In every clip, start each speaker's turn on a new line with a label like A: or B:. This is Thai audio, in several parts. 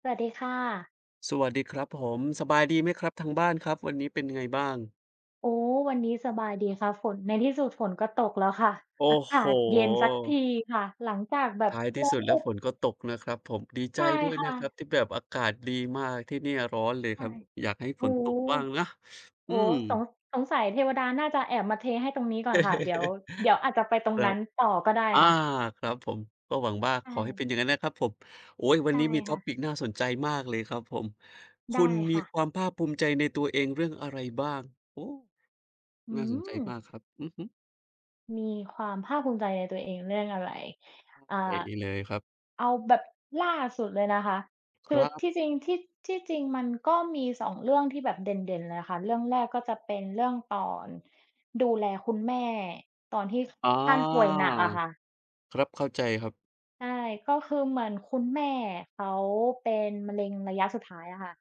A: สวัสดีค่ะ
B: สวัสดีครับผมสบายดีไหมครับทางบ้านครับวันนี้เป็นไงบ้าง
A: โอ้วันนี้สบายดีค่ะฝนในที่สุดฝนก็ตกแล้วค่ะ
B: โอ้
A: อา
B: โฮ
A: กาศเย็นสักทีค่ะ หลังจากแบบ
B: ท้ายที่
A: ร้อ
B: สุ
A: น
B: ด
A: อ
B: แล้ว
A: บ
B: ฝนก็ตกนะครับผมดีใจ
A: ใช่
B: ด้วย
A: ค่ะ
B: นะครับที่แบบอากาศดีมากที่เนี่ยร้อนเลยค
A: ใช่
B: รับอยากให้ฝ
A: โอ้
B: นตก
A: โฮ
B: บ้างนะอื
A: โอ้โฮ
B: ม
A: สงสัยเทวดาน่าจะแอบมาเทให้ตรงนี้ก่อนค่ะเดี๋ยว เดี๋ยวอาจจะไปตร
B: ค
A: ง
B: รั
A: นั้
B: บ
A: นต่อก็ได้
B: อา
A: ค่ะ
B: ครับผมก็หวังว่า
A: ใช่
B: ขอให้เป็นอย่างนั้นนะครับผมโอ๊ยวัน
A: ใช่
B: นี้มี
A: ค่ะ
B: topic น่าสนใจมากเลยครับผมคุ
A: ได้
B: ณมี
A: ค่ะ
B: ความภาคภูมิใจในตัวเองเรื่องอะไรบ้างโอ้
A: อื
B: น่าสนใจ
A: ม
B: มากครับอือฮึ
A: มีความภาคภูมิใจในตัวเองเรื่องอะไรอ่า
B: ใช่เลยครับ
A: เอาแบบล่าสุดเลยนะคะ
B: ค
A: คือ
B: รั
A: ที่
B: บ
A: จริงที่จริงมันก็มี2เรื่องที่แบบเด่นๆเลยค่ะ เรื่องแรกก็จะเป็นเรื่องตอนดูแลคุณแม่ตอนที่
B: อ๋อ
A: ท่านป่วยหนักอะค่ะ
B: ครับเข้าใจครับ
A: ใช่ ก็คือเหมือนคุณแม่เขาเป็นมะเร็งระยะสุดท้ายอะค่ะ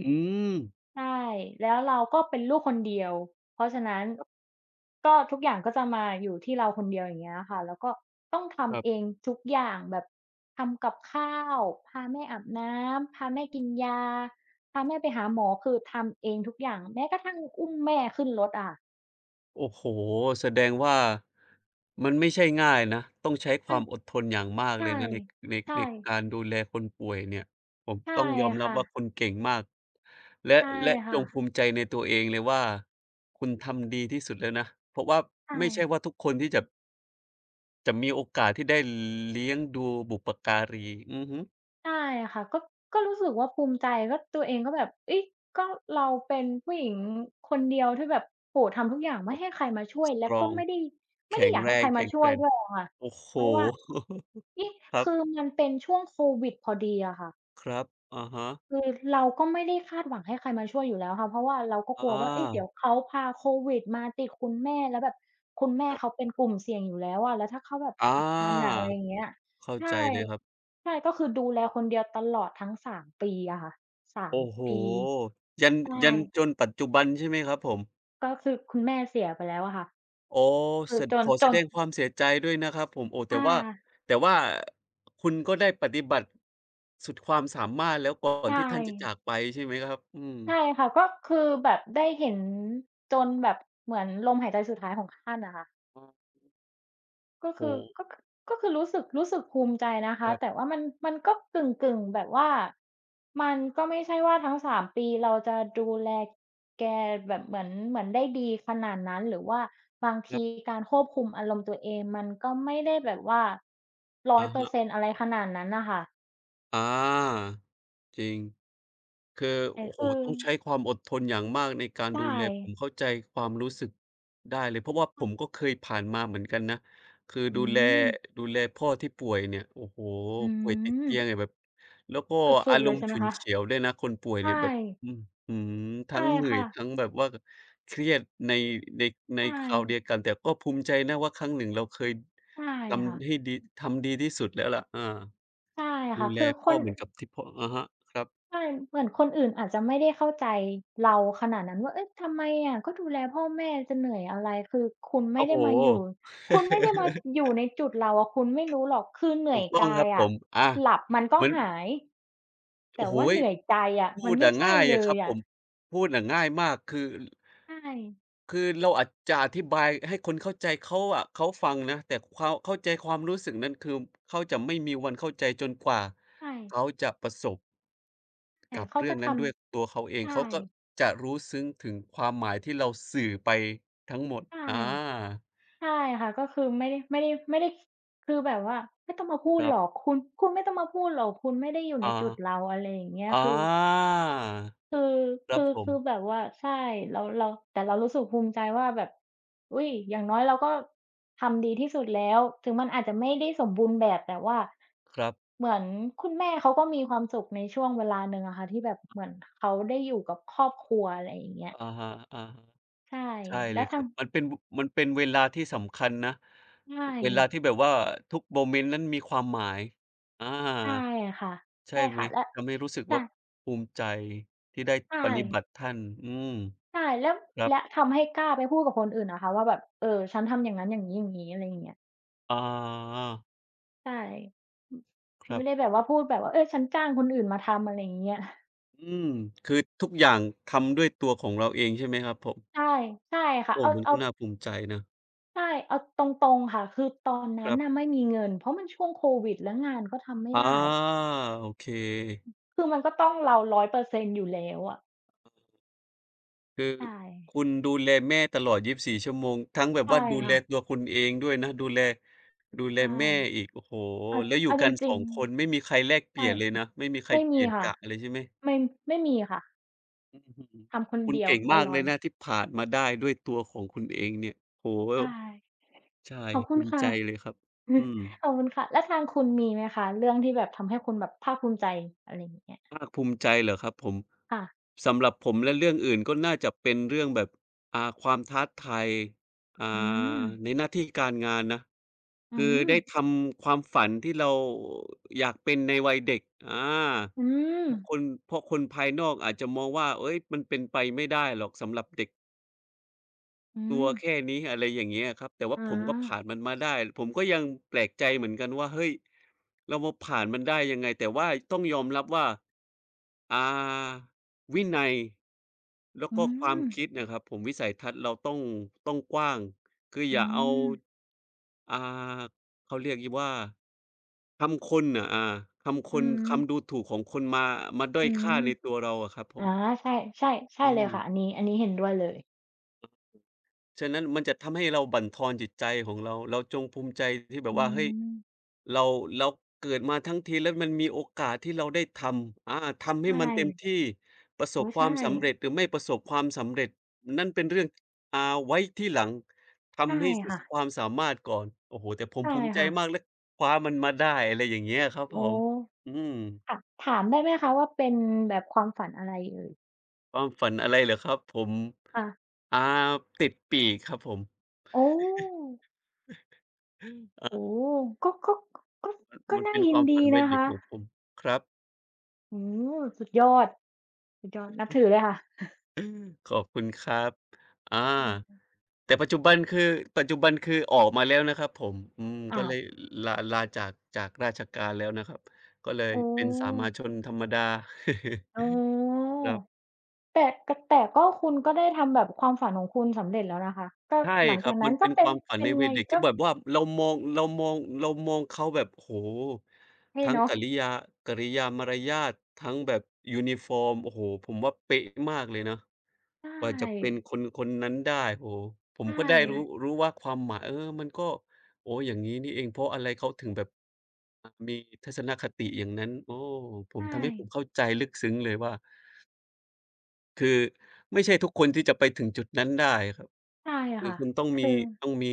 B: อืม
A: ใช่แล้วเราก็เป็นลูกคนเดียวเพราะฉะนั้น
B: ครับ
A: ก็ทุกอย่างก็จะมาอยู่ที่เราคนเดียวอย่างเงี้ยค่ะแล้วก็ต้อง
B: ครั
A: ทำเอ
B: บ
A: งทุกอย่างแบบทำกับข้าวพาแม่อาบน้ำพาแม่กินยาพาแม่ไปหาหมอคือทำเองทุกอย่างแม้กระทั่งอุ้มแม่ขึ้นรถอะ
B: โอ้โฮแสดงว่ามันไม่ใช่ง่ายนะต้องใช้ค
A: มั
B: วา
A: น
B: มอดทนอย่างมากเล
A: ใช่
B: ยนะในใน
A: ใช่
B: ในการดูแลคนป่วยเนี่ยผม
A: ใช่
B: ต้องยอมรับ
A: ค่ะ
B: ว่าคุณเก่งมากและ
A: ใช่
B: และจ
A: ค่ะ
B: งภูมิใจในตัวเองเลยว่าคุณทำดีที่สุดแล้วนะเพราะว่า
A: ใ
B: ไม่ใช่
A: ช่
B: ว่าทุกคนที่จะมีโอกาสที่ได้เลี้ยงดูบุปการีอือฮึ
A: ใช่ค่ะก็รู้สึกว่าภูมิใจก็ตัวเองก็แบบเฮ้ยก็เราเป็นผู้หญิงคนเดียวที่แบบโอ้โฮทำทุกอย่าง
B: แบ
A: ไม่
B: บ
A: ให้ใครมาช่วย
B: ส
A: แล้
B: ต
A: ว
B: รอ
A: ก็
B: ง
A: ไม่ได้
B: แข็ง
A: อยาก
B: แร
A: ให้ใค
B: ง
A: รมา
B: แข็ง
A: ช่
B: แก
A: วย
B: ร่ง
A: ด้วยอะค่ะ
B: โอ้โฮ
A: เพราะว่า นี่
B: ครับ
A: คือมันเป็นช่วงโควิดพอดีอะค่ะ
B: ครับอะฮะ
A: คือเราก็ไม่ได้คาดหวังให้ใครมาช่วยอยู่แล้วค่ะเพราะว่าเราก็
B: อ
A: กลัวว่าเอ๊ยเดี๋ย
B: า
A: วเขาพาโควิดมาติดคุณแม่แล้วแบบคุณแม่
B: ครั
A: เขา
B: บ
A: เป็นกลุ่มเสี่ยงอยู่แล้วอะแล้วถ้าเขาแบบ
B: อ
A: อาการหนัก
B: า
A: อะไรอย่างเงี้ย
B: เข้า
A: ใช่
B: ใจเลยครับ
A: ใช่ก็คือดูแลคนเดียวตลอดทั้ง3ปีอะค่ะสาม
B: โอ้โฮ
A: ปี
B: ยัน
A: ใช่
B: ยันจนปัจจุบันใช่ไหมครับผม
A: ก็คือคุณแม่เสียไปแล้วอะค่ะ
B: อ๋อ
A: คื
B: แส
A: อ
B: ด
A: จ
B: ข
A: น
B: อ
A: จ
B: แส
A: น
B: ดงความเสียใจด้วยนะครับผมโอ้แต่
A: อา
B: ว่าแต่ว่าคุณก็ได้ปฏิบัติสุดความสามารถแล้วก่อน
A: ใช่
B: ที่ท่านจะจากไปใช่ไหมครับอืม
A: ใช่ค่ะก็คือแบบได้เห็นจนแบบเหมือนลมหายใจสุดท้ายของท่านอะค่ะ
B: โ
A: ก็คื
B: อ้
A: อ
B: โฮ
A: ก็คือรู้สึกภูมิใจนะ
B: ค
A: คะ
B: รั
A: แต่
B: บ
A: ว่ามันก็กึ่งๆแบบว่ามันก็ไม่ใช่ว่าทั้งสามปีเราจะดูแลแกแบบเหมือนได้ดีขนาดนั้นหรือว่าบาง
B: ครั
A: ที
B: บ
A: การควบคุมอารมณ์ตัวเองมันก็ไม่ได้แบบว่า100%อ
B: อะ
A: ยเปอ
B: ฮะ
A: ร์เซ็นต์อะไรขนาดนั้นน่ะค่ะ
B: อาจริง คือ
A: แต่
B: โอ้โฮ
A: คือ
B: ต้องใช้ความอดทนอย่างมากในการดู
A: ใช่
B: แลผมเข้าใจความรู้สึกได้เลยเพราะว่าผมก็เคยผ่านมาเหมือนกันนะคือ
A: อื
B: ดูแล
A: ม
B: ดูแลพ่อที่ป่วยเนี่ยโอ้โฮ
A: อื
B: ป่วยติด
A: ม
B: เตียงเนี่ยแบบแล้วก็
A: สุ
B: อา
A: ดๆ
B: ร
A: เล
B: ม
A: ย
B: ณ์
A: ใช่ไหม
B: ฉุน
A: คะ
B: เฉียวด้วยนะคนป่วย
A: ใช่
B: เนี่ยแบบอื้อฮือ
A: ใช่
B: ทั้งเหนื่อย
A: ค่ะ
B: ทั้งแบบว่าเครียดในในใน
A: ใช่
B: คราวเดียวกันแต่ก็ภูมิใจนะว่าครั้งหนึ่งเราเคย
A: ใช่
B: ทำให้
A: ค่ะ
B: ดีทำดีที่สุดแล้วล่ะอา
A: ใช่
B: ดู
A: ค่ะ
B: แล
A: คือค
B: พ่อ
A: น
B: เหมือนกับที่พ่ออะฮะครับ
A: ใช่เหมือนคนอื่นอาจจะไม่ได้เข้าใจเราขนาดนั้นว่าเอ๊ะทำไมอะก็ดูแลพ่อแม่จะเหนื่อยอะไรคือคุณ
B: โอ้
A: ไม่
B: โฮ
A: ได้มาอยู่คุณไม่ได้มาอยู่ในจุดเราอะคุณไม่รู้หรอกคือเหนื่
B: ถู
A: อ
B: ก
A: ย
B: ต้อง
A: กา
B: ครั
A: ย
B: บผ
A: อะ
B: มอา
A: หลับมันก็
B: มัน
A: หาย
B: โอ้
A: แต่
B: โฮ
A: ว่าเหนื่อยใจอะ
B: พู
A: มัน
B: ด
A: ไม่
B: อะ
A: ใช่
B: ง่าย
A: เล
B: อะครั
A: ย
B: บผ
A: อะ
B: มพูดอะง่ายมากคือ
A: ใช่
B: คือเราอาจจะอธิบายให้คนเข้าใจเขาอะเขาฟังนะแต่ความเข้าใจความรู้สึกนั้นคือเขาจะไม่มีวันเข้าใจจนกว่า
A: ใช่
B: เขาจะประสบ
A: ใช่
B: กับ
A: เขา
B: เรื่อ
A: จะ
B: ง
A: ท
B: นั้นด้วยตัวเขาเอ
A: ำ
B: ง
A: ใช่
B: เขาก็จะรู้ซึ้งถึงความหมายที่เราสื่อไปทั้งหมด
A: ใช่
B: อา
A: ใช่ค่ะก็คือไม่ได้คือแบบว่าไม่ต้องมาพู
B: ค
A: ด
B: รั
A: หรอก
B: บ
A: คุณคุณไม่ต้องมาพูดหรอกคุณไม่ได้อยู่ใน
B: อา
A: จุดเราอะไรอย่างเงี้ย
B: อา
A: คือ คือ
B: ครับผม
A: คือแบบว่าใช่เราแต่เรารู้สึกภูมิใจว่าแบบอุ๊ยอย่างน้อยเราก็ทำดีที่สุดแล้วถึงมันอาจจะไม่ได้สมบูรณ์แบบแต่ว่า
B: ครับ
A: เหมือนคุณแม่เขาก็มีความสุขในช่วงเวลาหนึ่งอะค่ะที่แบบเหมือนเขาได้อยู่กับครอบครัวอะไรอย่างเงี้ย
B: อะฮะ
A: ใช่
B: ๆใช่เล
A: แล้ว
B: ยค
A: ทา
B: รั
A: ง
B: บมันเป็นเวลาที่สำคัญนะ
A: ใช่
B: เวลาที่แบบว่าทุกโมเมนต์นั้นมีความหมายอา
A: ใช่ค่ะ
B: ใช่
A: ใช่
B: ไหม
A: ค่ะและ
B: ทำให้รู้สึก
A: ใช่
B: ว่าภูมิใจที่ได้ป
A: ใช่
B: ฏิบัติท่านอืม
A: ใช่แล้ว
B: ครับ
A: และทำให้กล้าไปพูดกับคนอื่นนะคะว่าแบบเออฉันทำอย่างงั้นอย่างงี้อย่างงี้อะไรอย่างเงี้ย
B: อา
A: ใช่ม
B: ครั
A: ไม่ได้แบ
B: บ
A: บว่าพูดแบบว่าเฮ้ยฉันจ้างคนอื่นมาทำอะไรอย่างเงี้ย
B: อืมคือทุกอย่างทำด้วยตัวของเราเองใช่ไหมครับผม
A: ใช่ใช่ค่ะ
B: โอ้
A: เอา
B: มันก็
A: เอา
B: น่าภูมิใจนะ
A: ใช่เอาตรงๆค่ะคือตอน
B: ค
A: นั้
B: รั
A: นน่ะ
B: บ
A: ไม่มีเงินเพราะมันช่วงโควิดแล้วงานก็ทำไม่
B: อา
A: ได้
B: โอเค
A: คือมันก็ต้องเรา100%อยเปอร์เซ็นต์อยู่แล้วอะ
B: คือ
A: ใช่
B: คุณดูแลแม่ตลอดยีบสี่ชั่วโมงทั้งแบบ
A: ใช่
B: ว่าดูแล
A: ค่ะ
B: ตัวคุณเองด้วยนะดูแล
A: ใช่
B: แม่อีกโอ้โฮ
A: เอา
B: แล้วอยู่
A: เอาจ
B: กันสอ
A: ริง
B: งคนไม่
A: ๆ
B: มีใครแลกเปลี่
A: ใช่
B: ยนเลยนะไม่มีใคร
A: ไม่
B: เป
A: มี
B: ลี่ยน
A: ค่ะ
B: กะเลยใช่ไหม
A: ไม่ไม่มีค่ะ
B: อื้อฮือ
A: ทำคน
B: คุณ
A: เดียว
B: เก่ง
A: ต
B: มาก
A: ล
B: เล
A: อ
B: ย
A: ด
B: นะที่ผ่านมาได้ด้วยตัวของคุณเองเนี่ยโอ้โฮ
A: ใช่
B: ใช่
A: ขอบคุ
B: ภู
A: ณ
B: มิ
A: ค่ะ
B: ใจเลยครับอืม
A: ขอบคุณค่ะแล้วทางคุณมีไหมคะเรื่องที่แบบทำให้คุณแบบภาคภูมิใจอะไรอย่างเงี้ย
B: ภาคภูมิใจเหรอครับผม
A: ค่ะ
B: สำหรับผมและเรื่องอื่นก็น่าจะเป็นเรื่องแบบความท้าทายอ่
A: อืม
B: าในหน้าที่การงานนะ
A: อื
B: คือ
A: ม
B: ได้ทำความฝันที่เราอยากเป็นในวัยเด็กอา
A: อืม
B: เพราะคนเพราะคนภายนอกอาจจะมองว่าเฮ้ยมันเป็นไปไม่ได้หรอกสำหรับเด็ก
A: อื
B: กลัว
A: ม
B: แค่นี้อะไรอย่างเงี้ยครับแต่ว่า
A: อ่
B: ผมก็ผ่าน
A: า
B: มันมาได้ผมก็ยังแปลกใจเหมือนกันว่าเฮ้ยเรามาผ่านมันได้ยังไงแต่ว่าต้องยอมรับว่าอ่าวินัยแล้ว
A: อื
B: ก็ความ
A: ม
B: คิดนะครับผมวิสัยทัศน์เราต้องกว้างคืออ
A: อื
B: ย่าเอา
A: ม
B: อ่าเขาเรียกงี้ว่าคำคนน่ะอาคำค
A: อื
B: น
A: ม
B: คำดูถูกของคนมาด้อ
A: อื
B: ยค่า
A: ม
B: ในตัวเราอะครับผ
A: อา
B: ม
A: ใช่ใช่ใช่
B: อื
A: เลย
B: ม
A: ค่ะอันนี้เห็นด้วยเลย
B: ฉะนั้นมันจะทำให้เราบั่นทอนจิตใจของเราเราจงภูมิใจที่แบบ
A: อื
B: ว่าเฮ้ย
A: ม
B: เราเราเกิดมาทั้งทีแล้วมันมีโอกาสที่เราได้ทำอาทำให้
A: ใช่
B: มันเต็มที่ประสบ
A: โอ้
B: ควา
A: ใช่
B: มสำเร็จหรือไม่ประสบความสำเร็จนั่นเป็นเรื่องอ่าไว้ที่หลัง
A: ใช่
B: ทำให้สุด
A: ค่ะ
B: ความสามารถก่อนโอ้โฮแต่ผม
A: ใช่
B: ภูมิใจ
A: ค่ะ
B: มากและคว้ามันมาได้อะไรอย่างเงี้ยครับผ
A: โอ้
B: มอืม
A: ค่ะถามได้ไหมคะว่าเป็นแบบความฝันอะไรเอ่ย
B: ความฝันอะไรเหรอครับผม
A: ค่ะ
B: อ่าติดปีกครับผม
A: โอ้
B: อา
A: โอ้ก็ก็ก็ก็
B: มัน
A: น่า
B: เป็นค
A: ยิ
B: วา
A: น
B: มฝั
A: ดี
B: นวัย
A: นะ
B: เด็ก
A: คะ
B: ของผมครับ
A: อืมสุดยอดสุดยอดนับถือเลยค่ะ
B: ขอบคุณครับอา
A: อืม
B: แต่ปัจจุบันคือปัจจุบันคือออกมาแล้วนะครับผมอืมก็
A: อ้า
B: เล
A: ว
B: ยลาจากราชการแล้วนะครับก็เลย
A: โอ้
B: เป็นสามัญชนธรรมดา
A: อ๋อ
B: ครับ
A: แต่ก็คุณก็ได้ทำแบบความฝันของคุณสำเร็จแล้วนะคะก็
B: ใช่
A: หลัง
B: ครั
A: จา
B: บ
A: ก
B: มั
A: นั้
B: น
A: น
B: เป็
A: ก็
B: นค
A: เป็น
B: วามฝัน
A: เป็
B: ใน
A: น
B: วัย
A: ไง
B: เด็กที่
A: ก็
B: แบบว่าเรามองเรามองเรามองเขาแบบโอ้โฮ
A: เท่
B: ทั้งก
A: เนาะ
B: ริยากิริยามารยาททั้งแบบยูนิฟอร์มโอ้โฮผมว่าเป๊ะมากเลยนะ
A: ใช
B: กว่าจะเป็น
A: ่
B: คนคนนั้นได้โอ้โฮผมก็
A: ใช่
B: ได้รู้ว่าความหมายมันก็โอ้อย่างงี้นี่เองเพราะอะไรเขาถึงแบบมีทัศนคติอย่างนั้นโอ้ผม
A: ใช่
B: ทำให้ผมเข้าใจลึกซึ้งเลยว่า คือไม่ใช่ทุกคนที่จะไปถึงจุดนั้นได้ครับ
A: ใช่
B: คือ
A: ค่ะ
B: คุณต้องมี
A: คือ
B: ต้องมี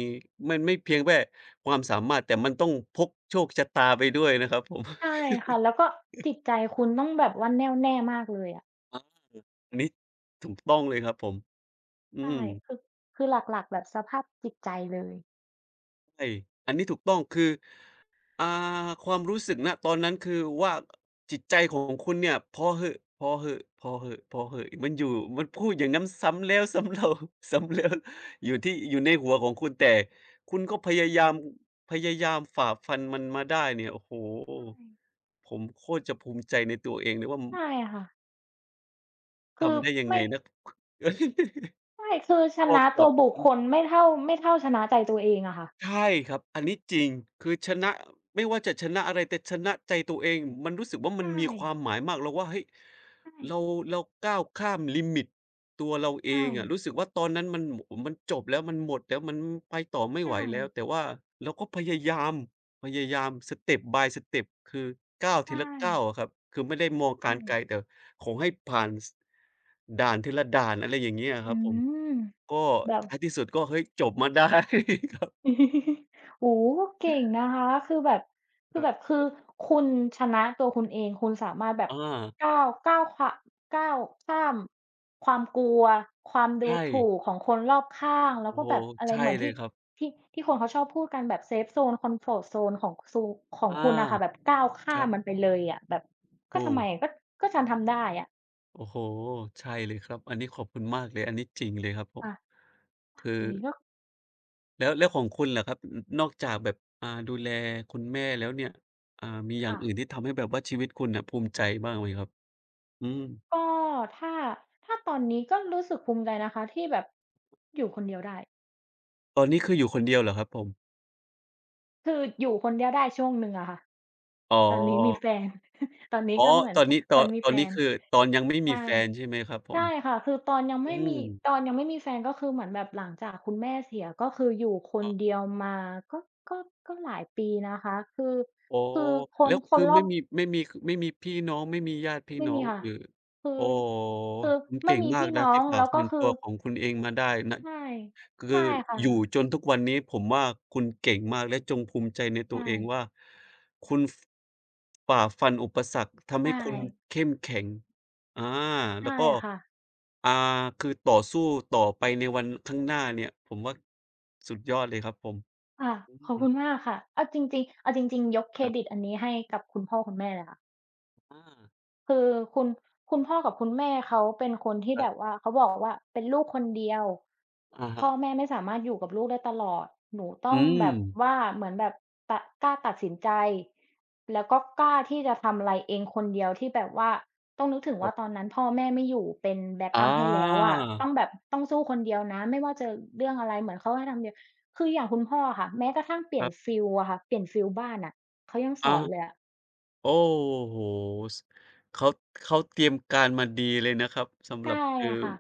B: มันไม่เพียงแค่ความสามารถแต่มันต้องพกโชคชะตาไปด้วยนะครับผม
A: ใช่ค่ะแล้วก็จิตใจคุณต้องแบบว่าแน่วแน่มากเลยอะ
B: อาอันนี้ถูกต้องเลยครับผมอื
A: ใช่
B: ม
A: คือคือหลักๆแบบสภาพจิตใจเลย
B: ใช่อันนี้ถูกต้องคืออ่าความรู้สึกณตอนนั้นคือว่าจิตใจของคุณเนี่ยพอเหอะพอเหอะพอเหอะพอเหอะมันอยู่มันพูดอย่างงั้นซ้ำแล้วซ้ำเล่า ซ้ำแล้วอยู่ในหัวของคุณแต่คุณก็พยายามฝ่าฟันมันมาได้เนี่ยโอ้โฮ
A: ใช่
B: ผมโคตรจะภูมิใจในตัวเองเลยว่า
A: ใช่ค่ะคือ
B: ทำได้ยังไง
A: ไม่
B: นะ
A: ใช่ คือช
B: พอ
A: นะ
B: กลั
A: ตัว
B: บ
A: บุคคลไม่เท่าชนะใจตัวเองอะค่ะ
B: ใช่ครับอันนี้จริงคือชนะไม่ว่าจะชนะอะไรแต่ชนะใจตัวเองมันรู้สึกว่ามัน
A: ใช่
B: มีความหมายมากแล้วว่าเฮ้ย
A: ใช่
B: เราเราก้าวข้ามลิมิตตัวเราเอ
A: ใช่
B: งอะรู้สึกว่าตอนนั้นมันโอ้โฮมันจบแล้วมันหมดแล้วมันไปต่อไม่ไห
A: ใช่
B: วแล้วแต่ว่าเราก็พยายาม step by step คือก้าวที
A: ใช่
B: ละก้าวอะครับคือไม่ได้มองกา
A: ใช่
B: รไกลแต่ขอให้ผ่านสด่านทีละด่านอะไรอย่างเงี้ยอะค
A: อื
B: รับผม
A: ม
B: ก็
A: แบบ
B: ท้ายที่สุดก็เฮ้ยจบมาได้ ครับ
A: โอ้โฮเก่งนะคะคือแบบ
B: ค
A: คือ
B: รั
A: แบบ
B: บ
A: คือคุณชนะตัวคุณเองคุณสามารถแบบ
B: อา
A: ก้าวก้าวขก้าวข้ามความกลัวความดู
B: ใช่
A: ถูกของคนรอบข้างแล้ว
B: โอ้
A: ก็
B: โฮ
A: แบบอะไร
B: ใช่
A: เหมือน
B: เล
A: ที่
B: ยครับ
A: ที่ที่คนเขาชอบพูดกันแบบเซฟโซนคอมฟอร์ตโซนของซูของคุณน่ะค่ะ
B: อา
A: แบบก้าว
B: ค
A: ข้า
B: รั
A: มมันไป
B: บ
A: เลยอะแบบก็
B: ถู
A: ทำ
B: ก
A: ไมอะก็ก็ฉันทำได้อะ
B: โอ้โฮใช่เลยครับอันนี้ขอบคุณมากเลยอันนี้จริงเลยครับผม
A: ค่ะ
B: คื
A: อ
B: อ
A: ย่างงี้ก็
B: แล้วของคุณล่ะครับนนอกจากแบบดูแลคุณแม่แล้วเนี่ยมีอย่าง
A: อ่ะ
B: อื่นที่ทำให้แบบว่าชีวิตคุณน่ะภูมิใจบ้างไหมครับอืม
A: ก็ถ้าถ้าตอนนี้ก็รู้สึกภูมิใจนะคะที่แบบอยู่คนเดียวได้
B: ตอนนี้คืออยู่คนเดียวเหรอครับผม
A: คืออยู่คนเดียวได้ช่วงหนึ่งอะค่ะ
B: อ๋
A: ตอนนี้มี
B: อ
A: แฟน ตอนนี้
B: อ๋อ
A: ก็เหมือ
B: ต
A: น
B: อนนี้ต
A: เห
B: อ
A: มื
B: น
A: อนมี
B: ตอ
A: แฟ
B: นนี้
A: น
B: คือตอนยังไม่มี
A: ใช่
B: แฟนใช่ไหมครับผม
A: ใช่ค่ะ คือ
B: อืม
A: ตอนยังไม่มีแฟนก็คือเหมือนแบบหลังจากคุณแม่เสียก็คืออยู่คน
B: อ๋อ
A: เดียวมาก็ก็ก็หลายปีนะคะ คือ
B: อ๋อ
A: คือ
B: แล้ว
A: ค
B: คื
A: น
B: อ
A: รอบ
B: ไม่มีพี่น้องไม่มีญาติพี่
A: ไม่
B: น้อ
A: มี
B: ง
A: ค่ะ
B: หรือ
A: คื
B: โอ้
A: อ
B: โฮ
A: คือ
B: คุณ
A: ไม่
B: เก่ง
A: มี
B: มาก
A: พี่
B: นะ
A: น้อ
B: ที่
A: ง
B: ฝ่า
A: แล้ว
B: ฟั
A: ก็
B: น
A: คื
B: ตั
A: อ
B: วของคุณเองมาได้นะ
A: ใช่
B: คือ
A: ใช่ค่ะ
B: อยู่จนทุกวันนี้ผมว่าคุณเก่งมากและจงภูมิใจใน
A: ใช
B: ตัวเองว่า
A: ่
B: คุณฝ่าฟันอุปสรรคทำให้
A: ใช่
B: คุณเข้มแข็งอาแล้ว
A: ใช่
B: ก็
A: ค่ะ
B: อ่าคือต่อไปในวันข้างหน้าเนี่ยผมว่าสุดยอดเลยครับผม
A: ค่ะ
B: อื
A: ขอบ
B: ม
A: คุณมากค่ะเอาจริงๆเอาจริงๆ ยกเค
B: ค
A: ร
B: รับ
A: ดิตอันนี้ให้กับคุณพ่อคุณแม่เลยค่ะ
B: อา
A: คือคุณคุณพ่อกับคุณแม่เขาเป็นคนที่
B: ครั
A: แบบ
B: บ
A: ว่าเขาบอกว่าเป็นลูกคนเดียว
B: อะ
A: พ่
B: ฮะ
A: อแม่ไม่สามารถอยู่กับลูกได้ตลอดหนูต้
B: อื
A: องแบ
B: ม
A: บว่าเหมือนแบบตะกล้าตัดสินใจแล้วก็กล้าที่จะทำอะไรเองคนเดียวที่แบบว่าต้องนึกถึง
B: ครั
A: ว่าตอน
B: บ
A: นั้นพ่อแม่ไม่อยู่เป็นแบ็กอั
B: อา
A: ปให้แล้วอะต้องแบบต้องสู้คนเดียวนะไม่ว่าจะเรื่องอะไรเหมือนเขาให้ทำเดียวคืออย่างคุณพ่ออะค่ะแม้กระทั่งเป
B: ค
A: ลี่ย
B: รั
A: น
B: บ
A: ฟิลอะค่ะเปลี่ยนฟิลบ้านอะเขายังส
B: อา
A: อนเลยอะ
B: โอ้โฮสเขาเขาเตรียมการมาดีเลยนะครับสำหรั
A: ใช่
B: บคือ
A: ค่ะ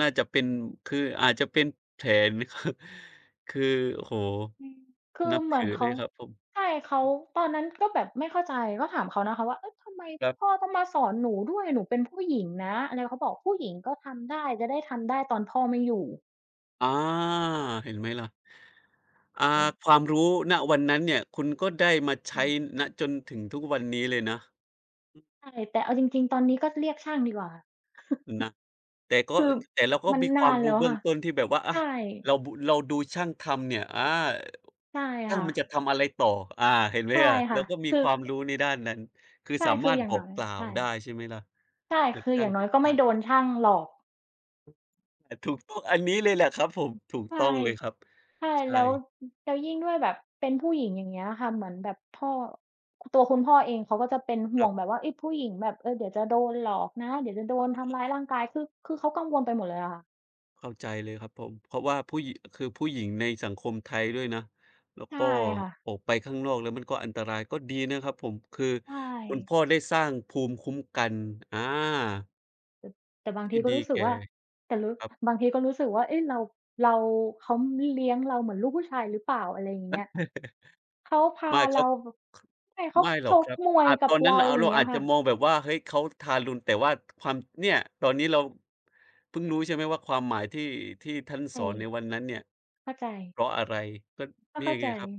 B: น่าจะเป็นคืออาจจะเป็นแผน ครับคือโอ้โฮ
A: อืมคือ
B: นับ
A: เหมือ
B: ถื
A: น
B: อเล
A: เขา
B: ยครับผม
A: ใช่เขา
B: อืม
A: ตอนนั้นก็แบบไม่เข้าใจก็ถามเขานะคะว่าเอ๊ะทำไม
B: ครั
A: พ่อ
B: บ
A: ต้องมาสอนหนูด้วยหนูเป็นผู้หญิงนะอะไรเขาบอกผู้หญิงก็ทำได้จะได้ทำได้ตอนพ่อไม่อยู่
B: อาเห็นไหมล่ะอา
A: เอ๊ะ
B: ความรู้ณวันนั้นเนี่ยคุณก็ได้มา
A: อื
B: ใช้
A: ม
B: ณจนถึงทุกวันนี้เลยนะ
A: ใช่แต่เอาจริงๆตอนนี้ก็เรียกช่างดีกว่า
B: นะแต่ก็
A: คือ
B: แต่เราก็
A: มัน
B: มีควา
A: นา
B: ม
A: นแล้
B: รู้
A: ว
B: เบื้อง
A: ค่ะ
B: ต้นที่แบบว่า
A: ใช่
B: เราดูช่างทำเนี่ย
A: ใช่
B: ช่าง
A: ค่ะ
B: มันจะทำอะไรต่ออาเห็นไหม
A: ใช่
B: อะเรา
A: ค่ะ
B: ก็มี
A: คื
B: ค
A: อ
B: วามรู้ในด้านนั้นคือ
A: ใช่
B: สา
A: คื
B: มา
A: อ
B: รถ
A: อ
B: บ
A: ย่าง
B: อก
A: น้อย
B: กล่าว
A: ใช่
B: ได้ใช่ไหมล่ะ
A: ใช่
B: หาก
A: คืออ
B: ช่าง
A: ย่างน้
B: ผิ
A: อย
B: ด
A: ก็
B: พ
A: ไม่
B: ลา
A: โดน
B: ด
A: ช่างหลอก
B: ถูกต้องอันนี้เลยแหละครับผมถูก
A: ใช่
B: ต้องเลยครับ
A: ใช่แล้
B: ใช่
A: วแล้วยิ่งด้วยแบบเป็นผู้หญิงอย่างเงี้ยค่ะเหมือนแบบพ่อตัวคุณพ่อเองเขาก็จะเป็น
B: ค
A: ห่
B: รั
A: ว
B: บ
A: งแบบว่าเฮ้ยผู้หญิงแบบเออเดี๋ยวจะโดนหลอกนะเดี๋ยวจะโดนทำร้ายร่างกายคือคือเขากังวลไปหมดเลยอะค่ะ
B: เข้าใจเลยครับผมเพราะว่าผู้หญิคือผู้หญิงในสังคมไทยด้วยนะแล้ว
A: ใช่
B: ก็
A: ค่ะ
B: ออกไปข้างนอกแล้วมันก็อันตรายก็ดีนะครับผมคือ
A: ใช่
B: คุณพ่อได้สร้างภูมิคุ้มกันอา
A: แต่บางที
B: ที่
A: ก็
B: ดี
A: รู้สึก
B: แก่
A: ว่าแต่รู้
B: ครับ
A: บางทีก็รู้สึกว่าเอ๊ะเราเขาเลี้ยงเราเหมือนลูกผู้ชายหรือเปล่าอะไรอย่างเงี้ยเขาพา
B: ไม่ครั
A: เรา
B: บค
A: ใช่เขา
B: ไม่หร
A: ช
B: อกค
A: ก
B: รับ
A: มวย
B: อาจ
A: กั
B: ต
A: บ
B: อนนั้น
A: เรา
B: เรา
A: อย่า
B: เรา
A: งเงี้ย
B: อาจจะ
A: ค่ะ
B: มองแบบว่าเฮ้ยเขาทารุณแต่ว่าความเนี่ยตอนนี้เราเพิ่งรู้ใช่ไหมว่าความหมายที่ท่านส
A: ใช่
B: อนในวันนั้นเนี่ย
A: เข้าใจ
B: เพราะอะไรก็
A: ก็
B: เนี่ย
A: เข้า
B: ไง
A: ใจ
B: ครับ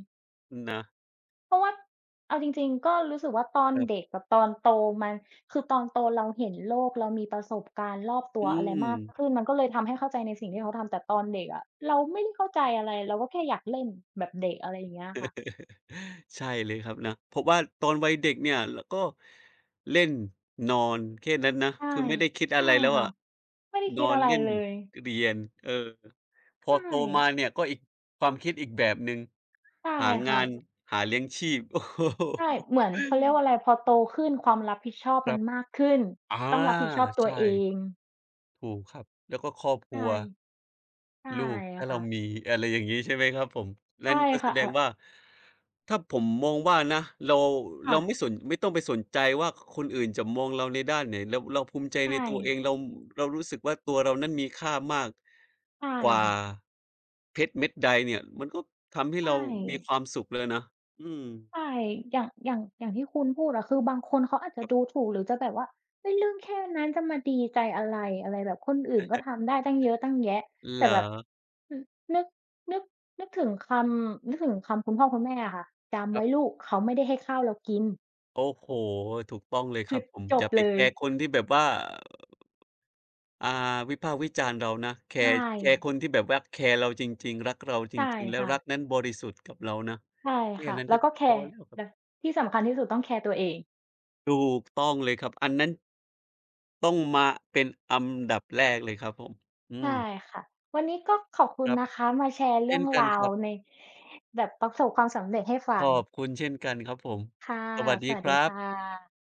B: นะ
A: เพราะว่าเอาจริงๆก็รู้สึกว่าตอน
B: ครั
A: เด็ก
B: บ
A: กับตอนโตมันคือตอนโตเราเห็นโลกเรามีประสบการณ์รอบตั
B: อื
A: วอะไร
B: ม
A: มากขึ้นมันก็เลยทำให้เข้าใจในสิ่งที่เขาทำแต่ตอนเด็กอะเราไม่ได้เข้าใจอะไรเราก็แค่อยากเล่นแบบเด็กอะไรอย่างเงี้ยค่ะ
B: ใช่เลยครับนะเพราะว่าตอนวัยเด็กเนี่ยเราก็เล่นนอนแค่นั้นนะ
A: ใช่
B: คือไม่ได้คิดอะ
A: ใช่
B: ไรแล้ว
A: ค่ะ
B: อะ
A: ไม่ได้
B: น
A: คิ
B: อ
A: ด
B: น
A: อะไร
B: เล่น
A: เลย
B: เรียนพอโต
A: ใช่
B: มาเนี่ยก็อีกความคิดอีกแบบหนึ่ง
A: ใช่
B: หางา
A: ค่ะ
B: นหาเลี้ยงชีพ โอ้โ
A: ใช่
B: ฮ
A: เหมือนเขาเรียกว่าอะไรพอโตขึ้นความรับผิดชอบ
B: ค
A: มั
B: รั
A: น
B: บ
A: มากขึ้น
B: อา
A: ต้องรับผิดชอบตัว
B: ใช่
A: เอง
B: ถูกครับแล้วก็ครอบครั
A: ใช่
B: ว
A: ใช่
B: ลูกถ้าเรา
A: ค่ะ
B: มีอะไรอย่างงี้ใช่ไหมครับผมนั่
A: ใช่
B: นก็แส
A: ค่ะ
B: ดง
A: อะ
B: ว่าถ้าผมมองว่านะเราเรา
A: ค่ะ
B: ไม่สนไม่ต้องไปสนใจว่าคนอื่นจะมองเราในด้านไหนเราภูมิใจใน
A: ใช่
B: ตัวเองเรารู้สึกว่าตัวเรานั้นมีค่ามาก
A: ใช่
B: กว่า
A: ค่ะ
B: เพชรเม็ดใดเนี่ยมันก็ทำให้เรา
A: ใช่
B: มีความสุขแล้วนะอืม
A: ใช่อย่างที่คุณพูดอะคือบางคนเขาอาจจะ
B: ครั
A: ดู
B: บ
A: ถูกหรือจะแบบว่าเฮ้ยเรื่องแค่นั้นจะมาดีใจอะไรอะไรแบบคนอื่นก็ทำได้ตั้งเยอะตั้งแยะ
B: เหร
A: แต่
B: อ
A: แบบอือนึกนึกนึกถึงนึกถึงคำคุณพ่อคุณแม่อะค่ะจำ
B: ครั
A: ไว้
B: บ
A: ลูกเขาไม่ได้ให้ข้าวเรากิน
B: โอ้โฮถูกต้องเลยค
A: คื
B: รับ
A: อ
B: ผม
A: จ
B: อ
A: บ
B: ย่าไป
A: เล
B: แค
A: ย
B: ร์คนที่แบบว่า อ่าวิพากษ์วิจารณ์เรานะ
A: ใช่
B: แคร์คนที่แบบว่าแคร์เราจริงๆรักเราจ
A: ใช่
B: ริงๆแล้ว
A: ค่ะ
B: รักนั้นบริสุทธิ์กับเรานะ
A: ใช่
B: แค่
A: ค่ะ
B: นั้น
A: แล้
B: ก็
A: วก็แค
B: พอ
A: ร์
B: แล้วครั
A: แบบ
B: บ
A: ที่สำคัญที่สุดต้องแคร์ตัวเอง
B: ถูกต้องเลยครับอันนั้นต้องมาเป็นอันดับแรกเลยครับผมอื
A: ใช่
B: ม
A: ค่ะวันนี้ก็ขอบคุ
B: ค
A: ณ
B: รับ
A: นะคะมาแชร์เรื่
B: เช่
A: อ
B: น
A: ง
B: กัน
A: รา
B: ค
A: ว
B: รับ
A: ในแบบประสบความสำเร็จให้
B: ข
A: ฟัง
B: อบคุณเช่นกันครับผม
A: ค่ะ
B: สวัส
A: ส
B: ดี
A: วั
B: ค
A: สดี
B: รับ
A: ค่ะ